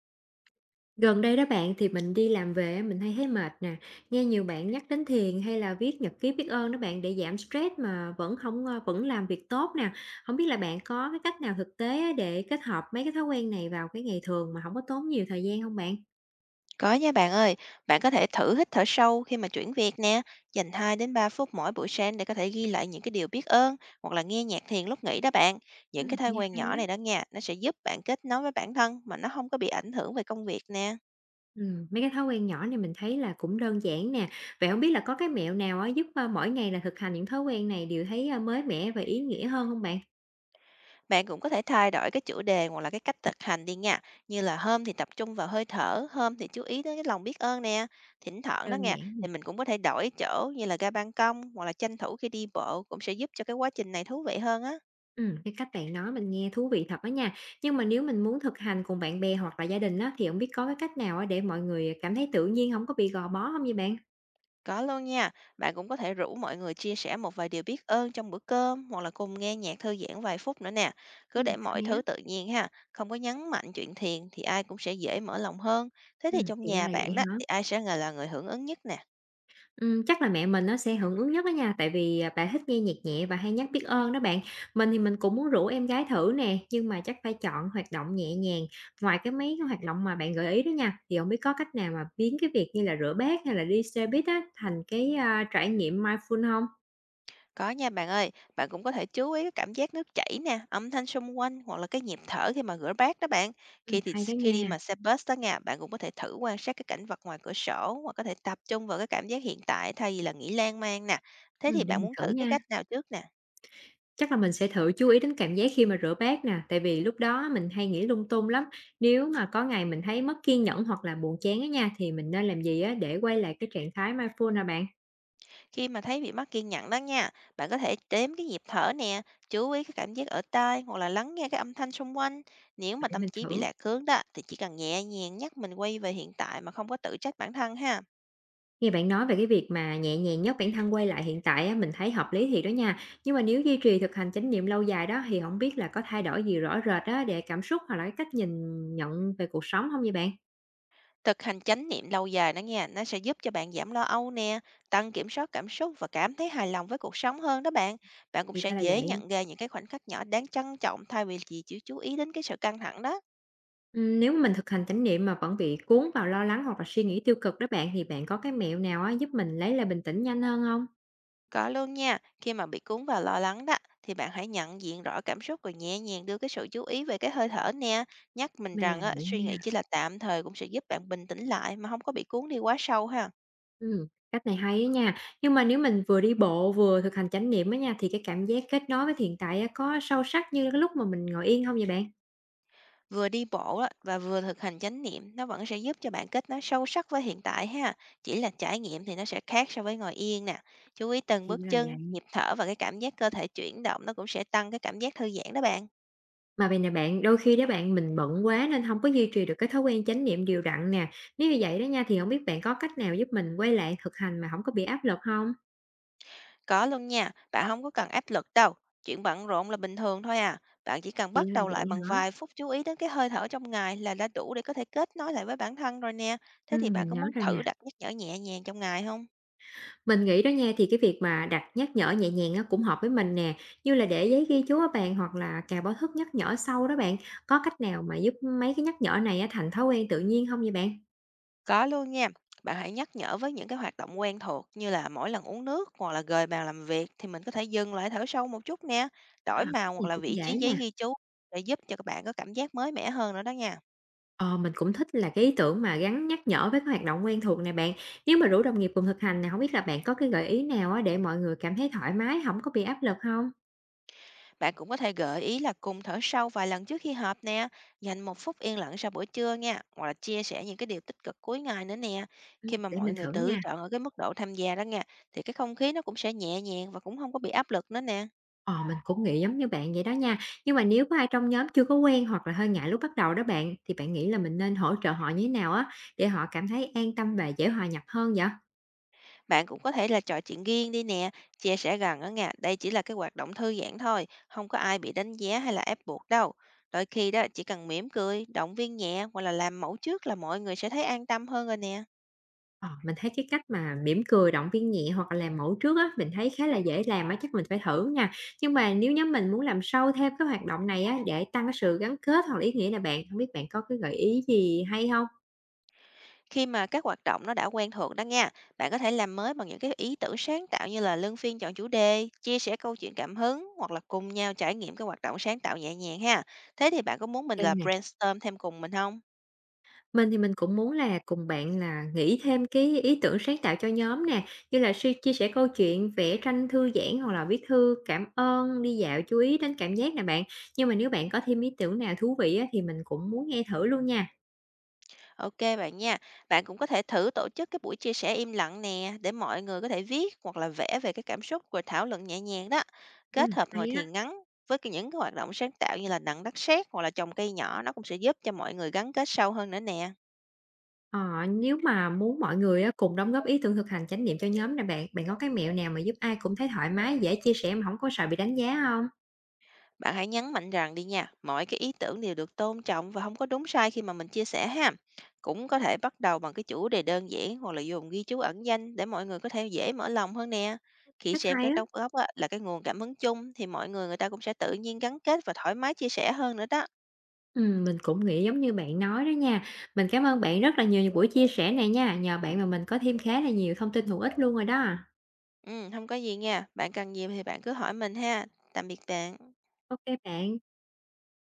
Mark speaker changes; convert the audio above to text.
Speaker 1: Gần đây đó bạn thì mình đi làm về á, mình hay thấy mệt nè, nghe nhiều bạn nhắc đến thiền hay là viết nhật ký biết ơn đó bạn để giảm stress mà vẫn không vẫn làm việc tốt nè. Không biết là bạn có cái cách nào thực tế á, để kết hợp mấy cái thói quen này vào cái ngày thường mà không có tốn nhiều thời gian không bạn?
Speaker 2: Có nha bạn ơi, bạn có thể thử hít thở sâu khi mà chuyển việc nè, dành 2 đến 3 phút mỗi buổi sáng để có thể ghi lại những cái điều biết ơn hoặc là nghe nhạc thiền lúc nghỉ đó bạn.
Speaker 1: Ừ.
Speaker 2: Những cái thói
Speaker 1: Nghe
Speaker 2: quen
Speaker 1: hay
Speaker 2: nhỏ
Speaker 1: á.
Speaker 2: này đó nha, nó sẽ giúp bạn kết nối với bản thân mà nó không có bị ảnh hưởng về công việc nè.
Speaker 1: Ừ, mấy cái thói quen nhỏ này mình thấy là cũng đơn giản nè. Vậy không biết là có cái mẹo nào á, giúp mỗi ngày là thực hành những thói quen này đều thấy mới mẻ và ý nghĩa hơn không bạn?
Speaker 2: Bạn cũng có thể thay đổi cái chủ đề hoặc là cái cách thực hành đi nha, như là hôm thì tập trung vào hơi thở, hôm thì chú ý đến cái lòng biết ơn nè. Thỉnh thoảng đó
Speaker 1: Đơn
Speaker 2: nha,
Speaker 1: giản.
Speaker 2: thì mình cũng có thể đổi chỗ như là ra ban công hoặc là tranh thủ khi đi bộ cũng sẽ giúp cho cái quá trình này thú vị hơn á.
Speaker 1: Cái cách bạn nói mình nghe thú vị thật đó nha. Nhưng mà nếu mình muốn thực hành cùng bạn bè hoặc là gia đình á, thì không biết có cái cách nào á để mọi người cảm thấy tự nhiên, không có bị gò bó không vậy bạn?
Speaker 2: Có luôn nha, bạn cũng có thể rủ mọi người chia sẻ một vài điều biết ơn trong bữa cơm hoặc là cùng nghe nhạc thư giãn vài phút nữa nè. Cứ để mọi
Speaker 1: Hay á,
Speaker 2: thứ tự nhiên ha, không có nhấn mạnh chuyện thiền thì ai cũng sẽ dễ mở lòng hơn. Thế thì trong
Speaker 1: thì ra
Speaker 2: nhà
Speaker 1: là vậy
Speaker 2: bạn đó
Speaker 1: hả?
Speaker 2: thì ai sẽ là người hưởng ứng nhất nè?
Speaker 1: Chắc là mẹ mình nó sẽ hưởng ứng nhất đó nha, tại vì, à, bà thích nghe nhạc nhẹ và hay nhắc biết ơn đó bạn. Mình thì mình cũng muốn rủ em gái thử nè, nhưng mà chắc phải chọn hoạt động nhẹ nhàng. Ngoài cái mấy cái hoạt động mà bạn gợi ý đó nha, thì không biết có cách nào mà biến cái việc như là rửa bát hay là đi xe buýt á, thành cái, a, trải nghiệm mindful hông?
Speaker 2: Có nha bạn ơi, bạn cũng có thể chú ý cái cảm giác nước chảy nè, âm thanh xung quanh hoặc là cái nhịp thở khi mà rửa bát đó bạn. Khi thì
Speaker 1: Hay đó
Speaker 2: khi đi
Speaker 1: nha.
Speaker 2: mà xe bus đó nha, bạn cũng có thể thử quan sát cái cảnh vật ngoài cửa sổ hoặc có thể tập trung vào cái cảm giác hiện tại thay vì là nghĩ lan man nè. Thế thì
Speaker 1: Để
Speaker 2: bạn
Speaker 1: mình
Speaker 2: muốn
Speaker 1: thử
Speaker 2: thử cái
Speaker 1: nha.
Speaker 2: cách nào trước nè?
Speaker 1: Chắc là mình sẽ thử chú ý đến cảm giác khi mà rửa bát nè, tại vì lúc đó mình hay nghĩ lung tung lắm. Nếu mà có ngày mình thấy mất kiên nhẫn hoặc là buồn chán á nha, thì mình nên làm gì á để quay lại cái trạng thái mindful nè bạn?
Speaker 2: Khi mà thấy bị mất kiên nhẫn đó nha, bạn có thể đếm cái nhịp thở nè, chú ý cái cảm giác ở tai hoặc là lắng nghe cái âm thanh xung quanh. Nếu
Speaker 1: À,
Speaker 2: mà
Speaker 1: để
Speaker 2: tâm
Speaker 1: mình
Speaker 2: trí bị
Speaker 1: thử.
Speaker 2: lạc hướng đó thì chỉ cần nhẹ nhàng nhắc mình quay về hiện tại mà không có tự trách bản thân ha.
Speaker 1: Nghe bạn nói về cái việc mà nhẹ nhàng nhất bản thân quay lại hiện tại á, mình thấy hợp lý thì đó nha. Nhưng mà nếu duy trì thực hành chánh niệm lâu dài đó thì không biết là có thay đổi gì rõ rệt á để cảm xúc hoặc là cái cách nhìn nhận về cuộc sống không vậy bạn?
Speaker 2: Thực hành chánh niệm lâu dài đó nha, nó sẽ giúp cho bạn giảm lo âu nè, tăng kiểm soát cảm xúc và cảm thấy hài lòng với cuộc sống hơn đó bạn. Bạn cũng
Speaker 1: Thì
Speaker 2: sẽ
Speaker 1: ra là
Speaker 2: dễ
Speaker 1: vậy.
Speaker 2: nhận ra những cái khoảnh khắc nhỏ đáng trân trọng thay vì chỉ chú ý đến cái sự căng thẳng đó.
Speaker 1: Nếu mà mình thực hành chánh niệm mà vẫn bị cuốn vào lo lắng hoặc là suy nghĩ tiêu cực đó bạn, thì bạn có cái mẹo nào á giúp mình lấy lại bình tĩnh nhanh hơn không?
Speaker 2: Có luôn nha, khi mà bị cuốn vào lo lắng đó, thì bạn hãy nhận diện rõ cảm xúc rồi nhẹ nhàng đưa cái sự chú ý về cái hơi thở nè. Nhắc mình
Speaker 1: Mình
Speaker 2: rằng
Speaker 1: làm
Speaker 2: á,
Speaker 1: vậy
Speaker 2: suy nghĩ
Speaker 1: nha.
Speaker 2: chỉ là tạm thời cũng sẽ giúp bạn bình tĩnh lại mà không có bị cuốn đi quá sâu ha.
Speaker 1: Cách này hay á nha. Nhưng mà nếu mình vừa đi bộ vừa thực hành chánh niệm á nha, thì cái cảm giác kết nối với hiện tại á có sâu sắc như cái lúc mà mình ngồi yên không vậy bạn?
Speaker 2: Vừa đi bộ á, và vừa thực hành chánh niệm nó vẫn sẽ giúp cho bạn kết nối sâu sắc với hiện tại ha. Chỉ là trải nghiệm thì nó sẽ khác so với ngồi yên nè. Chú ý từng
Speaker 1: Thì
Speaker 2: bước
Speaker 1: là
Speaker 2: chân,
Speaker 1: vậy.
Speaker 2: nhịp thở và cái cảm giác cơ thể chuyển động nó cũng sẽ tăng cái cảm giác thư giãn đó bạn.
Speaker 1: Mà vầy nè bạn, đôi khi đó bạn, mình bận quá nên không có duy trì được cái thói quen chánh niệm đều đặn nè. Nếu như vậy đó nha, thì không biết bạn có cách nào giúp mình quay lại thực hành mà không có bị áp lực không?
Speaker 2: Có luôn nha, bạn không có cần áp lực đâu. Chuyện bận rộn là bình thường thôi à. Bạn chỉ cần
Speaker 1: Thì
Speaker 2: bắt
Speaker 1: là
Speaker 2: đầu
Speaker 1: vậy
Speaker 2: lại bằng
Speaker 1: hả?
Speaker 2: vài phút chú ý đến cái hơi thở trong ngày là đã đủ để có thể kết nối lại với bản thân rồi nè. Thế thì bạn
Speaker 1: Mình
Speaker 2: có
Speaker 1: nhớ
Speaker 2: muốn
Speaker 1: rồi nè.
Speaker 2: thử đặt nhắc nhở nhẹ nhàng trong ngày không?
Speaker 1: Mình nghĩ đó nha, thì cái việc mà đặt nhắc nhở nhẹ nhàng á cũng hợp với mình nè, như là để giấy ghi chú ở bàn hoặc là cài báo thức nhắc nhở sau đó bạn. Có cách nào mà giúp mấy cái nhắc nhở này á thành thói quen tự nhiên không vậy bạn?
Speaker 2: Có luôn nha. Bạn hãy nhắc nhở với những cái hoạt động quen thuộc, như là mỗi lần uống nước hoặc là gời bàn làm việc thì mình có thể dừng lại thở sâu một chút nè,
Speaker 1: À,
Speaker 2: đổi
Speaker 1: cách
Speaker 2: màu hoặc
Speaker 1: này
Speaker 2: là
Speaker 1: cũng
Speaker 2: vị
Speaker 1: dễ
Speaker 2: trí giấy
Speaker 1: nè.
Speaker 2: ghi chú để giúp cho các bạn có cảm giác mới mẻ hơn nữa đó nha.
Speaker 1: Ờ, mình cũng thích là cái ý tưởng mà gắn nhắc nhở với các hoạt động quen thuộc này bạn. Nếu mà rủ đồng nghiệp cùng thực hành này không biết là bạn có cái gợi ý nào á để mọi người cảm thấy thoải mái, không có bị áp lực không?
Speaker 2: Bạn cũng có thể gợi ý là cùng thở sâu vài lần trước khi họp nè, dành một phút yên lặng sau bữa trưa nha, hoặc là chia sẻ những cái điều tích cực cuối ngày nữa nè. Khi mà
Speaker 1: Để mình
Speaker 2: mọi người
Speaker 1: thử
Speaker 2: tự
Speaker 1: nha.
Speaker 2: chọn ở cái mức độ tham gia đó nha, thì cái không khí nó cũng sẽ nhẹ nhàng và cũng không có bị áp lực nữa nè.
Speaker 1: Ờ, mình cũng nghĩ giống như bạn vậy đó nha. Nhưng mà nếu có ai trong nhóm chưa có quen hoặc là hơi ngại lúc bắt đầu đó bạn, thì bạn nghĩ là mình nên hỗ trợ họ như thế nào á để họ cảm thấy an tâm và dễ hòa nhập hơn vậy?
Speaker 2: Bạn cũng có thể là trò chuyện riêng đi nè, chia sẻ rằng ở nha, đây chỉ là cái hoạt động thư giãn thôi, không có ai bị đánh giá hay là ép buộc đâu. Đôi khi đó chỉ cần mỉm cười, động viên nhẹ hoặc là làm mẫu trước là mọi người sẽ thấy an tâm hơn rồi nè.
Speaker 1: Ờ, mình thấy cái cách mà mỉm cười, động viên nhẹ hoặc là làm mẫu trước á, mình thấy khá là dễ làm á, chắc mình phải thử nha. Nhưng mà nếu nhóm mình muốn làm sâu thêm cái hoạt động này á để tăng cái sự gắn kết hoặc là ý nghĩa nè bạn, không biết bạn có cái gợi ý gì hay không?
Speaker 2: Khi mà các hoạt động nó đã quen thuộc đó nha, bạn có thể làm mới bằng những cái ý tưởng sáng tạo, như là luân phiên chọn chủ đề, chia sẻ câu chuyện cảm hứng hoặc là cùng nhau trải nghiệm cái hoạt động sáng tạo nhẹ nhàng ha. Thế thì bạn có muốn mình
Speaker 1: Ok
Speaker 2: là
Speaker 1: nè.
Speaker 2: brainstorm thêm cùng mình không?
Speaker 1: Mình thì mình cũng muốn là cùng bạn là nghĩ thêm cái ý tưởng sáng tạo cho nhóm nè, như là suy chia sẻ câu chuyện, vẽ tranh thư giãn hoặc là viết thư cảm ơn, đi dạo chú ý đến cảm giác nè bạn. Nhưng mà nếu bạn có thêm ý tưởng nào thú vị á, thì mình cũng muốn nghe thử luôn nha.
Speaker 2: OK bạn nha. Bạn cũng có thể thử tổ chức cái buổi chia sẻ im lặng nè, để mọi người có thể viết hoặc là vẽ về cái cảm xúc rồi thảo luận nhẹ nhàng đó. Kết hợp ngồi
Speaker 1: Hay á.
Speaker 2: thiền ngắn với cái những cái hoạt động sáng tạo, như là nặn đất sét hoặc là trồng cây nhỏ, nó cũng sẽ giúp cho mọi người gắn kết sâu hơn nữa nè.
Speaker 1: Ờ, nếu mà muốn mọi người á, cùng đóng góp ý tưởng thực hành chánh niệm cho nhóm nè bạn, bạn có cái mẹo nào mà giúp ai cũng thấy thoải mái, dễ chia sẻ mà không có sợ bị đánh giá không?
Speaker 2: Bạn hãy nhấn mạnh rằng đi nha, mỗi cái ý tưởng đều được tôn trọng và không có đúng sai khi mà mình chia sẻ ha. Cũng có thể bắt đầu bằng cái chủ đề đơn giản hoặc là dùng ghi chú ẩn danh để mọi người có thể dễ mở lòng hơn nè. Khi
Speaker 1: Cách
Speaker 2: xem
Speaker 1: hay
Speaker 2: các
Speaker 1: á.
Speaker 2: đóng góp á, là cái nguồn cảm hứng chung thì mọi người người ta cũng sẽ tự nhiên gắn kết và thoải mái chia sẻ hơn nữa đó.
Speaker 1: Mình cũng nghĩ giống như bạn nói đó nha. Mình cảm ơn bạn rất là nhiều vì buổi chia sẻ này nha. Nhờ bạn mà mình có thêm khá là nhiều thông tin hữu ích luôn rồi đó.
Speaker 2: Ừ, không có gì nha. Bạn cần gì thì bạn cứ hỏi mình ha. Tạm biệt bạn.
Speaker 1: Ok bạn.